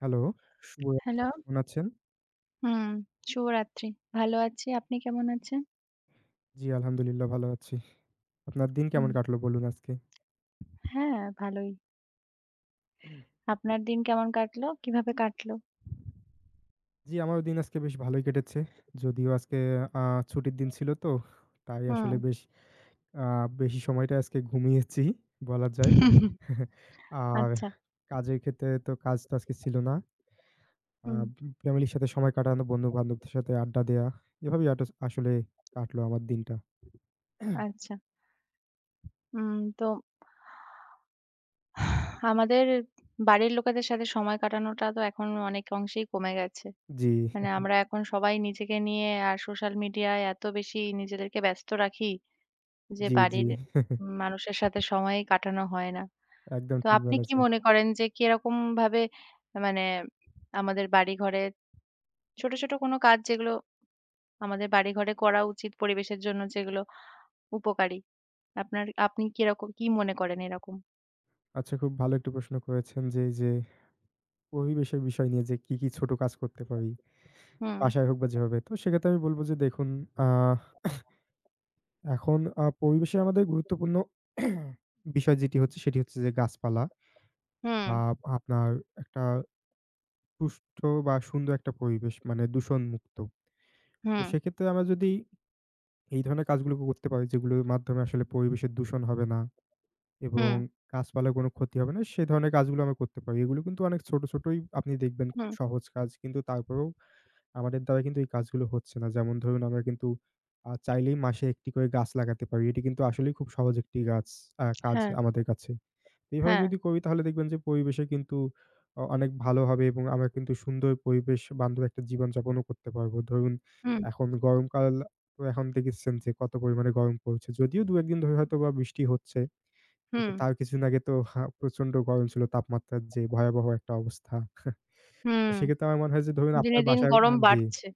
Hello, শুভ রাত্রি। Hello. কেমন আছেন? হুম, শুভরাত্রি। ভালো আছি। আপনি কেমন আছেন? জি, আলহামদুলিল্লাহ ভালো আছি। আপনার দিন কেমন হুম, কাটলো বলুন আজকে? হ্যাঁ, ভালোই। আপনার দিন কেমন কাটলো? কিভাবে কাটলো? জি, আমারও দিন আজকে বেশ ভালোই কেটেছে। যদিও আজকে আ ছুটির দিন ছিল তো, তাই হুম। আসলে বেশ আ বেশি সময়টা আজকে ঘুমিয়েছি বলা যায়। আর আচ্ছা। কাজের ক্ষেত্রে তো কাজ তো আজকে ছিল না। আ হুম, ফ্যামিলির সাথে সময় কাটানো, বন্ধু-বান্ধবদের সাথে আড্ডা দেয়া, এভাবেই আসলে কাটলো আমার দিনটা। আচ্ছা। তো আমাদের বাড়ির লোকেদের সাথে সময় কাটানোটা তো এখন অনেক অংশেই কমে গেছে। জি, মানে আমরা এখন সবাই নিজেকে নিয়ে আর সোশ্যাল মিডিয়ায় এত বেশি নিজেদেরকে ব্যস্ত রাখি যে জি, জি। বাড়ির মানুষের সাথে সময়ই কাটানো হয় না। একদম তো ঠিক আপনি কি বলেছেন। মনে করেন যে কিরকম ভাবে মানে আমাদের বাড়িঘরে ছোট, ছোট কোনো কাজ যেগুলো আমাদের বাড়িঘরে করা উচিত পরিবেশের জন্য যেগুলো উপকারী। আপনি কিরকম কি মনে করেন এরকম? আচ্ছা, খুব ভালো একটি প্রশ্ন করেছেন যে এই যে পরিবেশের বিষয় নিয়ে যে কি, কি ছোট কাজ করতে পারি, হুম, বাসায় হোক বা যেভাবে। তো সেক্ষেত্রে আমি বলব যে দেখুন আহ এখন পরিবেশে আমাদের গুরুত্বপূর্ণ বিষয় যেটি হচ্ছে সেটি হচ্ছে যে গাছপালা হুম, বা আপনার একটা সুষ্ঠু বা সুন্দর একটা পরিবেশ মানে দূষণমুক্ত। তো হুম, সেক্ষেত্রে আমরা যদি এই ধরনের কাজগুলো করতে পারি যেগুলোর মাধ্যমে আসলে পরিবেশের দূষণ হবে না এবং হুম, গাছপালার কোনো ক্ষতি হবে না সে ধরনের কাজগুলো আমরা করতে পারি। এগুলো কিন্তু অনেক ছোট, ছোটই আপনি দেখবেন খুব হুম, সহজ কাজ কিন্তু তারপরেও আমাদের দ্বারা কিন্তু এই কাজগুলো হচ্ছে না। যেমন ধরুন আমরা কিন্তু চাইলেই মাসে ১ টি করে গাছ লাগাতে পারি। এটি কিন্তু আসলেই খুব সহজ একটি গাছ আ কাজ হ্যাঁ, আমাদের কাছে। এভাবে হ্যাঁ, যদি করি তাহলে দেখবেন যে পরিবেশে কিন্তু অনেক ভালো হবে এবং আমরা কিন্তু সুন্দর পরিবেশ বান্ধব একটা জীবনযাপনও করতে পারবো। ধরুন হুম, এখন গরমকাল তো এখন দেখেছেন যে কত পরিমাণে গরম পড়ছে। যদিও ২ ১ দিন ধরে হয়তোবা বৃষ্টি হচ্ছে। কিন্তু হুম, তার কিছুদিন আগে তো প্রচন্ড গরম ছিল তাপমাত্রার যে ভয়াবহ একটা অবস্থা। তো হুম। সেক্ষেত্রে আমার মনে হয় যে ধরুন দিনে আপনার দিন বাসার গরম জি। বাড়ছে।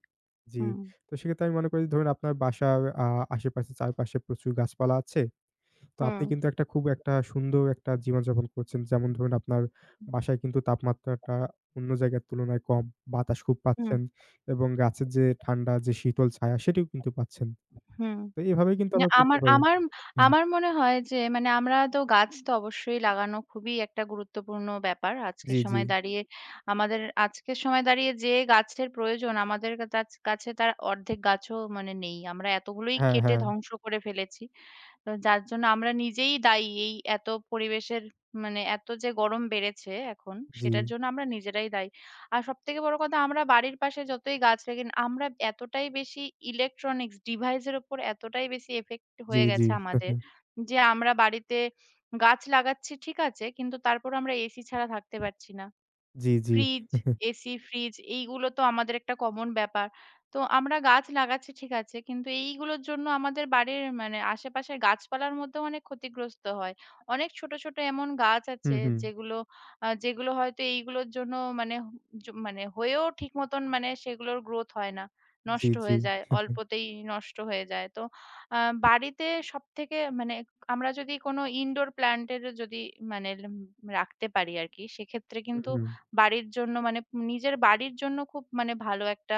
জি। হুম, তো সেক্ষেত্রে আমি মনে করি ধরুন আপনার বাসার আশেপাশে চারপাশে প্রচুর গাছপালা আছে। তো হুম, আপনি কিন্তু একটা খুব একটা সুন্দর একটা জীবনযাপন করছেন। যেমন ধরুন আপনার বাসায় কিন্তু তাপমাত্রাটা অন্য জায়গার তুলনায় কম। বাতাস খুব হুম, পাচ্ছেন এবং গাছের যে ঠান্ডা যে শীতল ছায়া সেটিও কিন্তু পাচ্ছেন। হুম। তো এভাবেই কিন্তু না আমরা করতে আমার পারি। আমার হুম। আমার মনে হয় যে মানে আমরা তো গাছ তো অবশ্যই লাগানো খুবই একটা গুরুত্বপূর্ণ ব্যাপার। আজকের জি, জি। সময় দাঁড়িয়ে আমাদের আজকের সময় দাঁড়িয়ে যে গাছের প্রয়োজন আমাদের কা তাছ কাছে তার অর্ধেক গাছও মানে নেই। আমরা এতগুলোই হ্যাঁ, কেটে হ্যাঁ। ধ্বংস করে ফেলেছি। তো যার জন্য আমরা নিজেই দায়ী এই এত পরিবেশের মানে এত যে গরম বেড়েছে এখন জি, সেটার জন্য আমরা নিজেরাই দায়ী। আর সবথেকে বড় কথা আমরা বাড়ির পাশে যতই গাছ লাগাই না আমরা এতটাই বেশি ইলেকট্রনিক্স ডিভাইস এর উপর এতটাই বেশি এফেক্ট জি, হয়ে জি। গেছে আমাদের যে আমরা বাড়িতে গাছ লাগাচ্ছি ঠিক আছে, কিন্তু তারপরও আমরা এসি ছাড়া থাকতে পারছি না। জি, জি। ফ্রিজ, এসি, ফ্রিজ এইগুলো তো আমাদের একটা কমন ব্যাপার। তো আমরা গাছ লাগাচ্ছি ঠিক আছে। কিন্তু এইগুলোর জন্য আমাদের বাড়ির মানে আশেপাশের গাছপালার মধ্যেও অনেক ক্ষতিগ্রস্ত হয়। অনেক ছোট, ছোট এমন গাছ হুম, আছে হুম। যেগুলো যেগুলো হয়তো এইগুলোর জন্য মানে হ- জ মানে হয়েও ঠিক মতন মানে সেগুলোর গ্রোথ হয় না। জি, নষ্ট জি। হয়ে যায়। অল্পতেই নষ্ট হয়ে যায়। তো আ বাড়িতে সবথেকে মানে আমরা যদি কোনো ইনডোর প্লান্ট এর যদি মানে রাখতে পারি আরকি সেক্ষেত্রে হুম, কিন্তু হুম। বাড়ির জন্য মানে নিজের বাড়ির জন্য খুব মানে ভালো একটা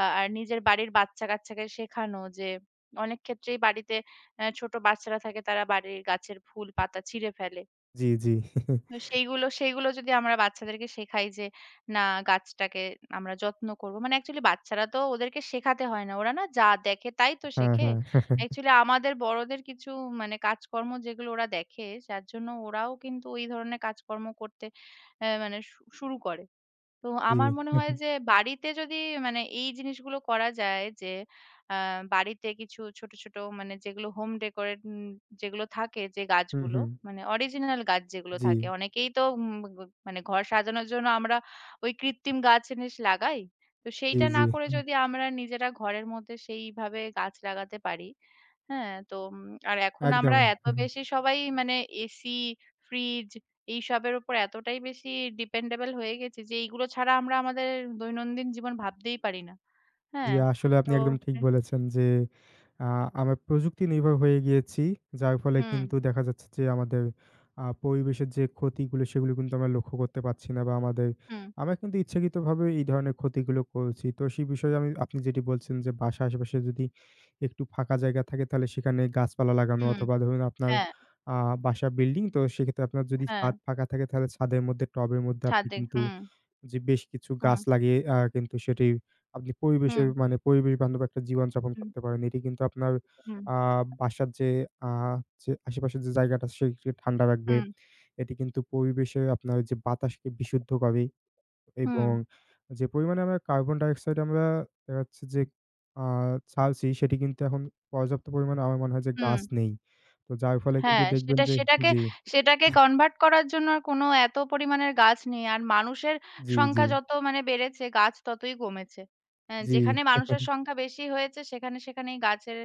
আর নিজের বাড়ির বাচ্চা-কাচ্চাকে শেখানো যে অনেক ক্ষেত্রেই বাড়িতে ছোট বাচ্চারা থাকে তারা বাড়ির গাছের ফুল পাতা ছিঁড়ে ফেলে। জি, জি। তো সেইগুলো সেইগুলো যদি আমরা বাচ্চাদেরকে শেখাই যে না গাছটাকে আমরা যত্ন করব। মানে অ্যাকচুয়ালি বাচ্চারা তো ওদেরকে শেখাতে হয় না। ওরা না যা দেখে তাই তো হ্যাঁ, শেখে। হ্যাঁ। অ্যাকচুয়ালি আমাদের বড়দের কিছু মানে কাজকর্ম যেগুলো ওরা দেখে যার জন্য ওরাও কিন্তু ওই ধরনের কাজকর্ম করতে মানে শুরু করে। তো আমার মনে জি। হয় যে বাড়িতে যদি মানে এই জিনিসগুলো করা যায় যে আ বাড়িতে কিছু ছোট, ছোট মানে যেগুলো হোম ডেকোরেট যেগুলো থাকে যে হুম, গাছগুলো হুম। মানে অরিজিনাল গাছ যেগুলো জি। থাকে। অনেকেই তো উম গ মানে ঘর সাজানোর জন্য আমরা ওই কৃত্রিম গাছ এনে লাগাই। তো জি, সেইটা না জি। করে হুম, যদি আমরা নিজেরা ঘরের মধ্যে সেইভাবে গাছ লাগাতে পারি হ্যাঁ, তো আর এখন একদম। আমরা এত হুম, বেশি সবাই মানে এসি, ফ্রিজ এইসবের উপর এতটাই বেশি ডিপেন্ডেবল হয়ে গেছি যে এইগুলো ছাড়া আমরা আমাদের দৈনন্দিন জীবন ভাবতেই পারি না। জি, হ্যাঁ, আসলে আপনি তো একদম ঠিক বলেছেন যে আ আমরা প্রযুক্তি নির্ভর হয়ে গিয়েছি। যার ফলে হুম, কিন্তু দেখা যাচ্ছে যে আমাদের পরিবেশের যে ক্ষতিগুলো সেগুলো কিন্তু আমরা লক্ষ্য করতে পারছি না বা আমাদের হুম, আমরা কিন্তু ইচ্ছাকৃতভাবে এই ধরনের ক্ষতিগুলো করছি। তো সেই বিষয়ে আমি আপনি যেটি বলছেন যে বাসার আশেপাশে যদি একটু ফাঁকা জায়গা থাকে তাহলে সেখানে গাছপালা লাগানো হুম, অথবা ধরুন আপনার হ্যাঁ, আ বাসা বিল্ডিং তো সেক্ষেত্রে আপনার যদি হ্যাঁ, ছাদ ফাঁকা থাকে তাহলে ছাদের মধ্যে টবের মধ্যে আপনি ছাদে কিন্তু হুম, যে বেশ কিছু হুম, গাছ লাগিয়ে কিন্তু সেটি আপনি হুম, পরিবেশের মানে পরিবেশ বান্ধব একটা জীবনযাপন হুম, করতে পারেন। এটি কিন্তু আপনার হুম, আ বাসার আ যে আশেপাশের যে জায়গাটা সেটি ঠান্ডা রাখবে। হুম, এটি কিন্তু পরিবেশে আপনার যে বাতাসকে বিশুদ্ধ করে হুম, এবং যে পরিমাণে আমরা কার্বন ডাই অক্সাইড আমরা দেখা যাচ্ছে যে আ ছাড়ছি সেটি কিন্তু এখন পর্যাপ্ত পরিমাণে আমার মনে হয় যে হুম। গাছ নেই। তো যার ফলে কিন্তু হ্যাঁ, দেখবেন সেটা যে সেটাকে জি, সেটাকে কনভার্ট করার জন্য আর কোনো এত পরিমাণের গাছ নেই। আর মানুষের জি, জি, সংখ্যা যত মানে বেড়েছে, গাছ ততই কমেছে। হ্যাঁ, জি, যেখানে মানুষের সংখ্যা বেশি হয়েছে সেখানে, সেখানেই গাছের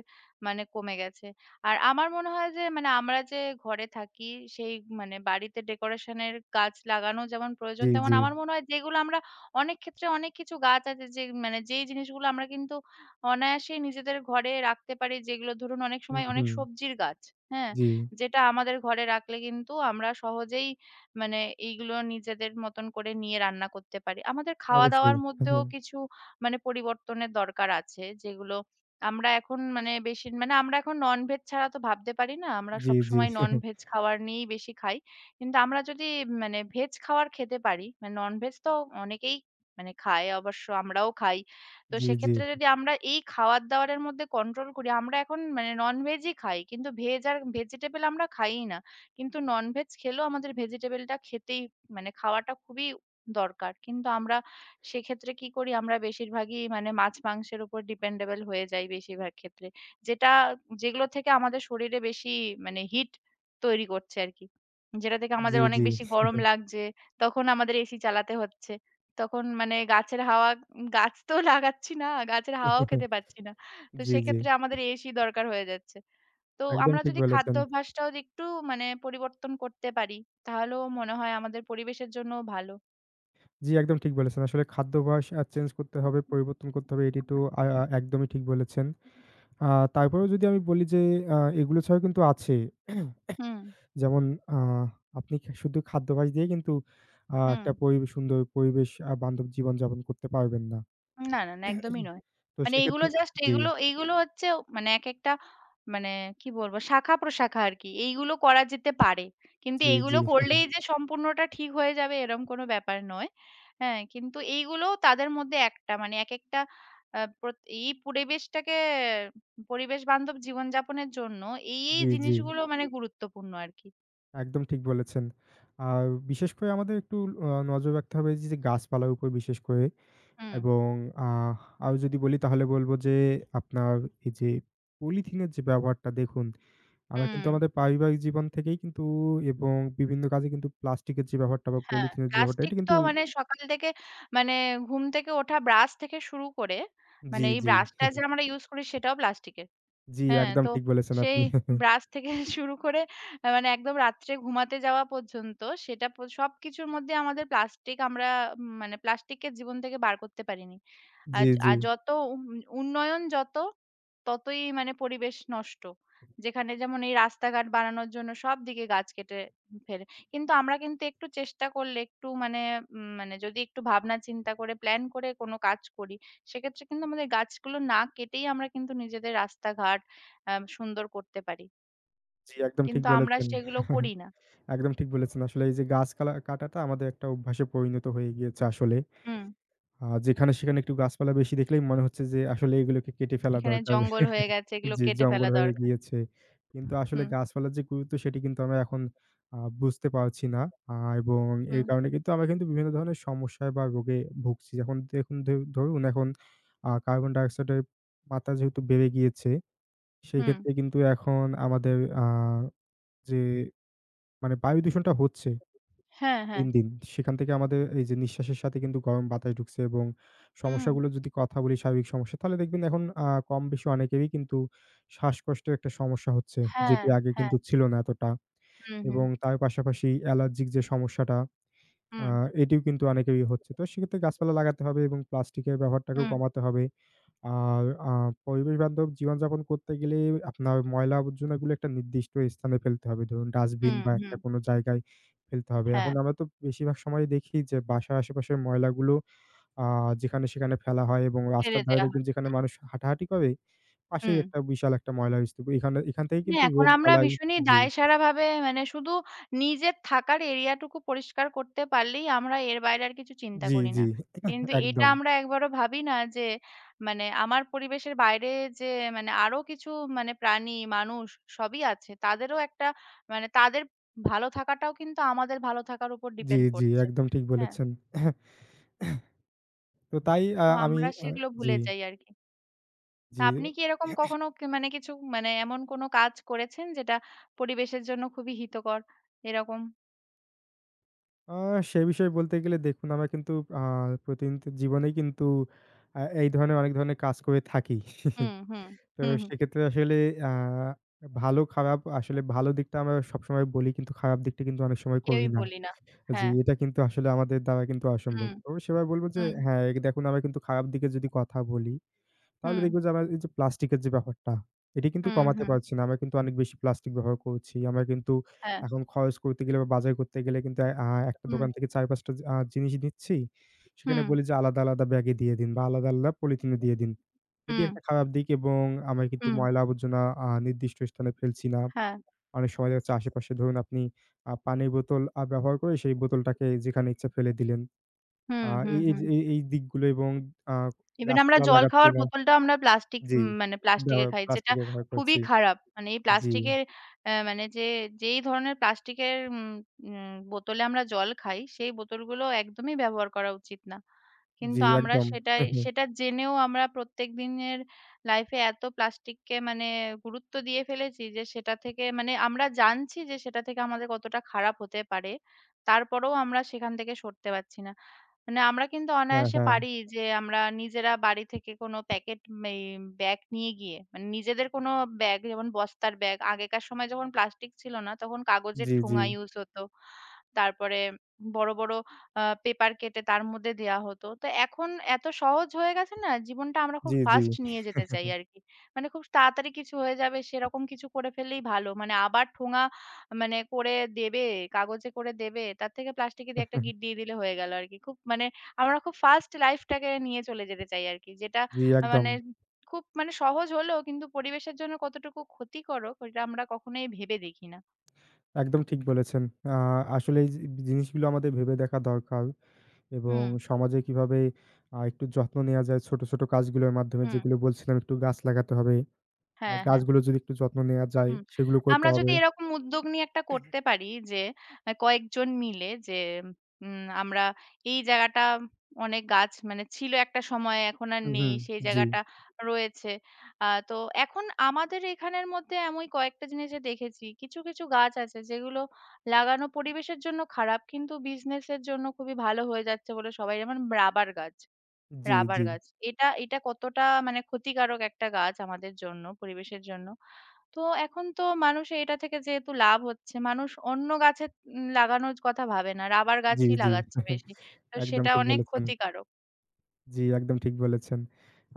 মানে কমে গেছে। আর আমার মনে হয় যে মানে আমরা যে ঘরে থাকি সেই মানে বাড়িতে ডেকোরেশন এর গাছ লাগানো যেমন প্রয়োজন, জি, তেমন জি, আমার মনে হয় যেগুলো আমরা অনেক ক্ষেত্রে অনেক কিছু গাছ আছে যে মানে যেই জিনিসগুলো আমরা কিন্তু অনায়াসেই নিজেদের ঘরে রাখতে পারি যেগুলো ধরুন অনেক হুম, সময় অনেক হুম, সবজির গাছ, হ্যাঁ? জি। যেটা আমাদের ঘরে রাখলে কিন্তু আমরা সহজেই মানে এইগুলো নিজেদের মতন করে নিয়ে রান্না করতে পারি। আমাদের অবশ্যই। খাওয়া-দাওয়ার মধ্যেও কিছু মানে পরিবর্তনের দরকার আছে, যেগুলো আমরা এখন মানে বেশি মানে আমরা এখন ননভেজ ছাড়া তো ভাবতে পারি না। আমরা জি, জি, সবসময় ননভেজ খাবার নিয়েই বেশি খাই। কিন্তু আমরা যদি মানে ভেজ খাবার খেতে পারি, মানে ননভেজ তো অনেকেই মানে খায় অবশ্য আমরাও খাই। তো জি, জি, সেক্ষেত্রে যদি আমরা এই খাওয়ার-দাওয়ারের মধ্যে কন্ট্রোল করি, আমরা এখন মানে ননভেজই খাই। কিন্তু ভেজ আর ভেজিটেবল আমরা খাইই না। কিন্তু ননভেজ খেলেও আমাদের ভেজিটেবলটা খেতেই মানে খাওয়াটা খুবই দরকার। কিন্তু আমরা সেক্ষেত্রে কি করি? আমরা বেশিরভাগই মানে মাছ-মাংসের উপর ডিপেন্ডেবল হয়ে যাই বেশিরভাগ ক্ষেত্রে। যেটা যেগুলো থেকে আমাদের শরীরে বেশি মানে হিট তৈরি করছে আরকি। যেটা থেকে জি, আমাদের অনেক জি, বেশি গরম লাগছে। তখন আমাদের এসি চালাতে হচ্ছে। তখন মানে গাছের হাওয়া গাছ তো লাগাচ্ছি না, গাছের হাওয়াও খেতে পাচ্ছি না। তো জি, জি। সেক্ষেত্রে আমাদের এসি দরকার হয়ে যাচ্ছে। তো একদম আমরা ঠিক যদি বলেছেন। খাদ্যাভ্যাসটাও যদি একটু মানে পরিবর্তন করতে পারি, তাহলেও মনে হয় আমাদের পরিবেশের জন্যও ভালো। জি, একদম ঠিক বলেছেন। আসলে খাদ্যাভ্যাস চেঞ্জ করতে হবে, পরিবর্তন করতে হবে। এটি তো আ আ একদমই ঠিক বলেছেন। আ তারপরেও যদি আমি বলি যে এগুলো ছাড়াও কিন্তু আছে। হুম, যেমন আ আপনি শুধু খাদ্যাভ্যাস দিয়ে কিন্তু হুম। একটা সুন্দর পরিবেশ বান্ধব জীবনযাপন করতে পারবেন না। না, না, না একদমই নয়। তো মানে এগুলো সেক্ষেত্রে জাস্ট জি, এগুলো এগুলো হচ্ছে মানে একেকটা মানে কি বলবো শাখা-প্রশাখা আরকি। এইগুলো করা যেতে পারে। কিন্তু জি, এগুলো জি, করলেই যে সম্পূর্ণটা ঠিক হয়ে যাবে এরম কোনো ব্যাপার নয়। হ্যাঁ? কিন্তু এইগুলোও তাদের মধ্যে একটা মানে একেকটা আ প্রত এই পরিবেশটাকে পরিবেশ বান্ধব জীবনযাপনের জন্য এই জি, জি। জিনিসগুলো মানে গুরুত্বপূর্ণ আরকি। একদম ঠিক বলেছেন। আর বিশেষ করে আমাদের একটু নজর রাখতে হবে যে, যে গাছপালার উপর বিশেষ করে হুম, এবং আহ আরো যদি বলি তাহলে বলব যে, আপনার এই যে পলিথিনের যে ব্যবহারটা দেখুন, আমরা হুম। কিন্তু আমাদের পারিবারিক জীবন থেকেই কিন্তু এবং বিভিন্ন কাজে কিন্তু প্লাস্টিকের যে ব্যবহারটা বা হ্যাঁ, পলিথিনের যে ব্যাপারটা প্লাস্টিক এটা তো কিন্তু মানে সকাল থেকে মানে ঘুম থেকে ওঠা ব্রাশ থেকে শুরু করে জি, মানে এই জি, ব্রাশটা যে আমরা ইউজ করি সেটাও প্লাস্টিকের। জি, হ্যাঁ, একদম তো ঠিক বলেছেন সেই আপনি। ব্রাশ থেকে শুরু করে মানে একদম রাত্রে ঘুমাতে যাওয়া পর্যন্ত সেটা সবকিছুর মধ্যে আমাদের প্লাস্টিক আমরা মানে প্লাস্টিককে জীবন থেকে বার করতে পারিনি। জি, জি, আর যত উন উন্নয়ন যত, ততই মানে পরিবেশ নষ্ট। যেখানে যেমন এই রাস্তাঘাট বানানোর জন্য সবদিকে গাছ কেটে ফেলে। কিন্তু আমরা কিন্তু একটু চেষ্টা করলে একটু মানে মানে যদি একটু ভাবনা চিন্তা করে প্ল্যান করে কোনো কাজ করি, সেক্ষেত্রে কিন্তু আমাদের গাছগুলো না কেটেই আমরা কিন্তু নিজেদের রাস্তাঘাট আ সুন্দর করতে পারি। জি, একদম ঠিক কিন্তু আমরা বলেছেন। সেগুলো করি না। একদম ঠিক বলেছেন। আসলে এই যে গাছ কালা কাটাটা আমাদের একটা অভ্যাসে পরিণত হয়ে গিয়েছে আসলে। হুম, যেখানে সেখানে একটু গাছপালা বেশি দেখলেই মনে হচ্ছে যে আসলে এগুলোকে কেটে ফেলা এখানে দরকার। জঙ্গল হয়ে গেছে এগুলো জি, কেটে জঙ্গল ফেলা হয়ে দরকার। গিয়েছে। কিন্তু আসলে হুম, গাছপালার যে গুরুত্ব সেটি কিন্তু আমরা এখন বুঝতে পারছি না। আ এবং এই হুম, কারণে কিন্তু আমরা কিন্তু বিভিন্ন ধরনের সমস্যায় বা রোগে ভুগছি। এখন দেখুন ধরুন এখন কার্বন ডাই অক্সাইডের মাত্রা যেহেতু বেড়ে গিয়েছে, হুম। সেক্ষেত্রে কিন্তু এখন আমাদের আ যে মানে বায়ু দূষণটা হচ্ছে হ্যাঁ, হ্যাঁ। দিন, দিন। সেখান থেকে আমাদের এই যে নিঃশ্বাসের সাথে কিন্তু গরম বাতাস ঢুকছে এবং হুম, সমস্যাগুলো যদি কথা বলি স্বাভাবিক সমস্যা, তাহলে দেখবেন এখন কম বেশি অনেকেরই কিন্তু শ্বাসকষ্টের একটা সমস্যা হচ্ছে। হ্যাঁ, যেটি আগে হ্যাঁ। কিন্তু ছিল না এতটা। হুম, হুম, এবং তার পাশাপাশি অ্যালার্জিক যে সমস্যাটা আ হুম, এটিও কিন্তু অনেকেরই হচ্ছে। তো সেক্ষেত্রে গাছপালা লাগাতে হবে এবং প্লাস্টিকের ব্যবহারটাকেও হুম, কমাতে হবে। আর পরিবেশ বান্ধব জীবনযাপন করতে গেলে আপনার ময়লা আবর্জনাগুলো একটা নির্দিষ্ট স্থানে ফেলতে হবে। ধরুন ডাস্টবিন হুম, বা হুম। একটা কোনো জায়গায় ফেলতে হবে। এখন হ্যাঁ, আমরা তো বেশিরভাগ সময় দেখি যে বাসার আশেপাশের ময়লাগুলো আ যেখানে সেখানে ফেলা হয় এবং ফেলে রাস্তার ধারে দেয়া দেখবেন হয়। যেখানে হুম, মানুষ হাঁটাহাঁটি করে পাশেই হুম। একটা বিশাল একটা ময়লার স্তূপ। এখানে এখান থেকেই না কিন্তু এখন আমরা রোগবালাই ভীষণই জি, দায়সারাভাবে মানে শুধু নিজের থাকার এরিয়াটুকু পরিষ্কার করতে পারলেই আমরা এর বাইরে আর কিছু চিন্তা জি, করি না। জি কিন্তু এটা একদম। আমরা একবারও ভাবি না যে মানে আমার পরিবেশের বাইরে যে মানে আরো কিছু মানে প্রাণী, মানুষ সবই আছে। তাদেরও একটা মানে তাদের ভালো থাকাটাও কিন্তু আমাদের ভালো থাকার উপর জি, ডিপেন্ড জি করছে। একদম ঠিক হ্যাঁ, বলেছেন। তো তাই তো আমি আমরা আ সেগুলো জি, ভুলে যাই আরকি। তা জি। আপনি কি এরকম কখনো কি মানে কিছু মানে এমন কোনো কাজ করেছেন যেটা পরিবেশের জন্য খুবই হিতকর? এরকম? আ সে বিষয়ে বলতে গেলে দেখুন আমরা কিন্তু আ প্রতিনিয়ত জীবনেই কিন্তু এই ধরনের অনেক ধরনের কাজ করে থাকি। হুম, হুম, তো হুম, হুম। সেক্ষেত্রে আসলে আ ভালো খারাপ আসলে ভালো দিকটা আমরা সবসময় বলি কিন্তু খারাপ দিকটা কিন্তু অনেক সময় কেউই করি না। বলি না। জি, হ্যাঁ। এটা কিন্তু আসলে আমাদের দ্বারা কিন্তু হুম, অসম্ভব। তো সেভাবে বলব যে হুম, হ্যাঁ, দেখুন আমরা কিন্তু খারাপ দিকে যদি কথা বলি তাহলে হুম, দেখব যে আমার এই যে প্লাস্টিকের যে ব্যাপারটা, এটি কিন্তু হুম, কমাতে হুম, পারছি না। আমরা কিন্তু অনেক বেশি প্লাস্টিক ব্যবহার করছি। আমরা কিন্তু হ্যাঁ, এখন খরচ করতে গেলে বা বাজার করতে গেলে কিন্তু একটা হুম, দোকান থেকে ৪-৫ টা জিনিস নিচ্ছি। সেখানে হুম, বলি যে আলাদা, আলাদা ব্যাগে দিয়ে দিন বা আলাদা, আলাদা পলিথিনে দিয়ে দিন। এটি হুম, একটা খারাপ দিক এবং আমরা কিন্তু হুম, ময়লা আবর্জনা নির্দিষ্ট স্থানে ফেলছি না। হ্যাঁ। অনেক সময় দেখা যাচ্ছে আশেপাশে ধরুন আপনি পানির বোতল ব্যবহার করে সেই বোতলটাকে যেখানে ইচ্ছা ফেলে দিলেন। হুম, আ হুম, এই এই যে হুম। এই, এই দিকগুলো এবং আ ইভেন আমরা গাছপালা জল লাগাচ্ছি খাওয়ার না। বোতলটাও আমরা প্লাস্টিক জি, মানে প্লাস্টিকে ব্যবহার খাই যেটা প্লাস্টিকের ব্যবহার খুবই করছি। খারাপ। মানে এই জি, প্লাস্টিকের মানে যেই ধরনের প্লাস্টিকের উম উম বোতলে আমরা জল খাই সেই বোতলগুলো একদমই ব্যবহার করা উচিত না। কিন্তু জি আমরা একদম। সেটাই সেটা জেনেও আমরা প্রত্যেক দিনের লাইফে এত প্লাস্টিককে মানে গুরুত্ব দিয়ে ফেলেছি যে সেটা থেকে মানে আমরা জানছি যে সেটা থেকে আমাদের কতটা খারাপ হতে পারে। তারপরেও আমরা সেখান থেকে সরতে পারছি না। মানে আমরা কিন্তু হ্যাঁ, অনায়াসে হ্যাঁ। পারি যে আমরা নিজেরা বাড়ি থেকে কোনো প্যাকেট এই ব্যাগ নিয়ে গিয়ে মানে নিজেদের কোনো ব্যাগ যেমন বস্তার ব্যাগ আগেকার সময় যখন প্লাস্টিক ছিল না তখন কাগজের জি, জি, ঠোঙা ইউজ হতো। তারপরে বড়, বড় পেপার কেটে তার মধ্যে দেয়া হতো। তো এখন এত সহজ হয়ে গেছে না, জীবনটা আমরা খুব জি, জি, ফাস্ট নিয়ে যেতে চাই আরকি। মানে খুব তাড়াতাড়ি কিছু হয়ে যাবে সেরকম কিছু করে ফেললেই ভালো। মানে আবার ঠোঙা মানে করে দেবে, কাগজে করে দেবে, তার থেকে প্লাস্টিকে দিয়ে একটা গিঁট দিয়ে দিলে হয়ে গেল আরকি। খুব মানে আমরা খুব ফাস্ট লাইফটাকে নিয়ে চলে যেতে চাই আরকি। যেটা জি একদম, মানে খুব মানে সহজ হলেও কিন্তু পরিবেশের জন্য কতটুকু ক্ষতিকারক ওইটা আমরা কখনোই ভেবে দেখি না। একদম ঠিক বলেছেন। আ আসলে এই জিনিসগুলো আমাদের ভেবে দেখা দরকার এবং হুম, সমাজে কিভাবে একটু যত্ন নেয়া যায় ছোট, ছোট কাজগুলোর মাধ্যমে হুম। যেগুলো বলছিলাম একটু গাছ লাগাতে হবে। হ্যাঁ, হ্যাঁ। গাছগুলো যদি একটু যত্ন নেয়া যায় হুম। সেগুলো করতে আমরা যদি হবে। এরকম উদ্যোগ নিয়ে একটা করতে পারি যে কয়েকজন মিলে যে আমরা এই জায়গাটা অনেক গাছ মানে ছিল একটা সময়ে এখন আর হুম, নেই। হুম। সেই জি, জায়গাটা রয়েছে। তো এখন আমাদের এখানের মধ্যে এমই কয়েকটা জিনিসে দেখেছি। কিছু, কিছু গাছ আছে যেগুলো লাগানো পরিবেশের জন্য খারাপ কিন্তু বিজনেস এর জন্য খুবই ভালো হয়ে যাচ্ছে বলে সবাই যেমন রাবার গাছ, জি, রাবার জি, গাছ। এটা এটা কতটা মানে ক্ষতিকারক একটা গাছ আমাদের জন্য, পরিবেশের জন্য। তো এখন তো মানুষ এটা থেকে যেহেতু লাভ হচ্ছে, মানুষ অন্য গাছের লাগানোর কথা ভাবে না। রাবার জি, গাছই জি। লাগাচ্ছে বেশি। তো একদম সেটা ঠিক অনেক বলেছেন। ক্ষতিকারক। জি, একদম ঠিক বলেছেন।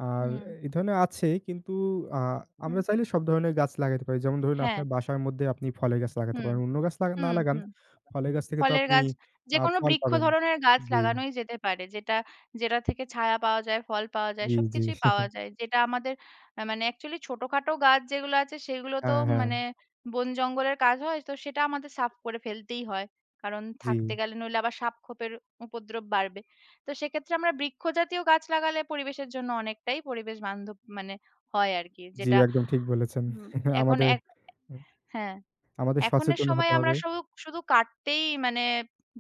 আর হুম, এই ধরনের আছে কিন্তু আ হুম। আমরা চাইলে সব ধরনের গাছ লাগাতে পারি। যেমন ধরুন হ্যাঁ। আপনার বাসার মধ্যে আপনি ফলের গাছ লাগাতে হুম, পারেন। অন্য গাছ লাগা না হুম, লাগান, হুম। ফলের গাছ থেকে তো ফলের আপনি গাছ, যেকোনো ফল বৃক্ষ পাবেন। ধরনের গাছ জি, লাগানোই যেতে পারে। যেটা যেটা থেকে ছায়া পাওয়া যায়, ফল পাওয়া যায়, জি, জি। সবকিছুই পাওয়া যায়। যেটা আমাদের মানে অ্যাকচুয়ালি ছোটখাটো গাছ যেগুলো আছে সেগুলো তো হ্যাঁ, হ্যাঁ। মানে বন জঙ্গলের কাজ হয়। তো সেটা আমাদের সাফ করে ফেলতেই হয়। কারণ জি, থাকতে গেলে নইলে আবার সাপ খোপের উপদ্রব বাড়বে। তো সেক্ষেত্রে আমরা বৃক্ষ জাতীয় গাছ লাগালে পরিবেশের জন্য অনেকটাই পরিবেশ বান্ধব মানে হয় আরকি। জি, যেটা একদম ঠিক বলেছেন। উম এখন আমাদের এক হ্যাঁ। আমাদের এখনের সচেতন সময় হতে আমরা হবে। শুধু শুধু কাটতেই মানে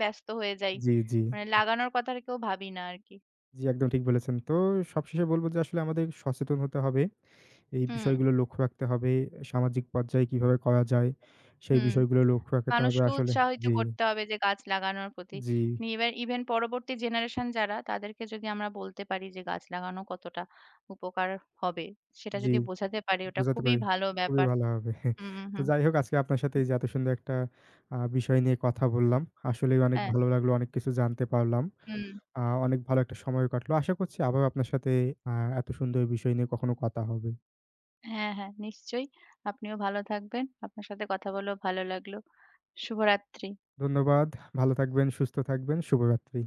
ব্যস্ত হয়ে যাই। জি, জি, মানে লাগানোর কথা আর কেউ ভাবি না আরকি। জি, একদম ঠিক বলেছেন। তো সবশেষে বলব যে আসলে আমাদের সচেতন হতে হবে। এই হুম, বিষয়গুলো লক্ষ্য রাখতে হবে। সামাজিক পর্যায়ে কিভাবে করা যায়, সেই হুম। বিষয়গুলো লক্ষ্য রাখতে হবে মানুষকে আসলে উৎসাহিত জি, করতে হবে যে গাছ লাগানোর প্রতি। জি, নিয়ে এবার ইভেন পরবর্তী জেনারেশন যারা তাদেরকে যদি আমরা বলতে পারি যে গাছ লাগানো কতটা উপকার হবে, সেটা জি, যদি বোঝাতে পারি ওটা বুঝাতে খুবই পারি। ভালো খুবই ব্যাপার। ভালো হবে। হুম, হুম। তো হুম, যাই হোক আজকে আপনার সাথে এই যে এত সুন্দর একটা বিষয় নিয়ে কথা বললাম। আসলেই অনেক হ্যাঁ, ভালো লাগলো, অনেক কিছু জানতে পারলাম। হুম। আ অনেক ভালো একটা সময় কাটলো। আশা করছি আবারও আপনার সাথে আ এত সুন্দর বিষয় নিয়ে কখনো কথা হবে। হ্যাঁ, হ্যাঁ নিশ্চয়ই। আপনিও ভালো থাকবেন। আপনার সাথে কথা বলেও ভালো লাগলো। শুভরাত্রি। ধন্যবাদ। ভালো থাকবেন, সুস্থ থাকবেন। শুভরাত্রি।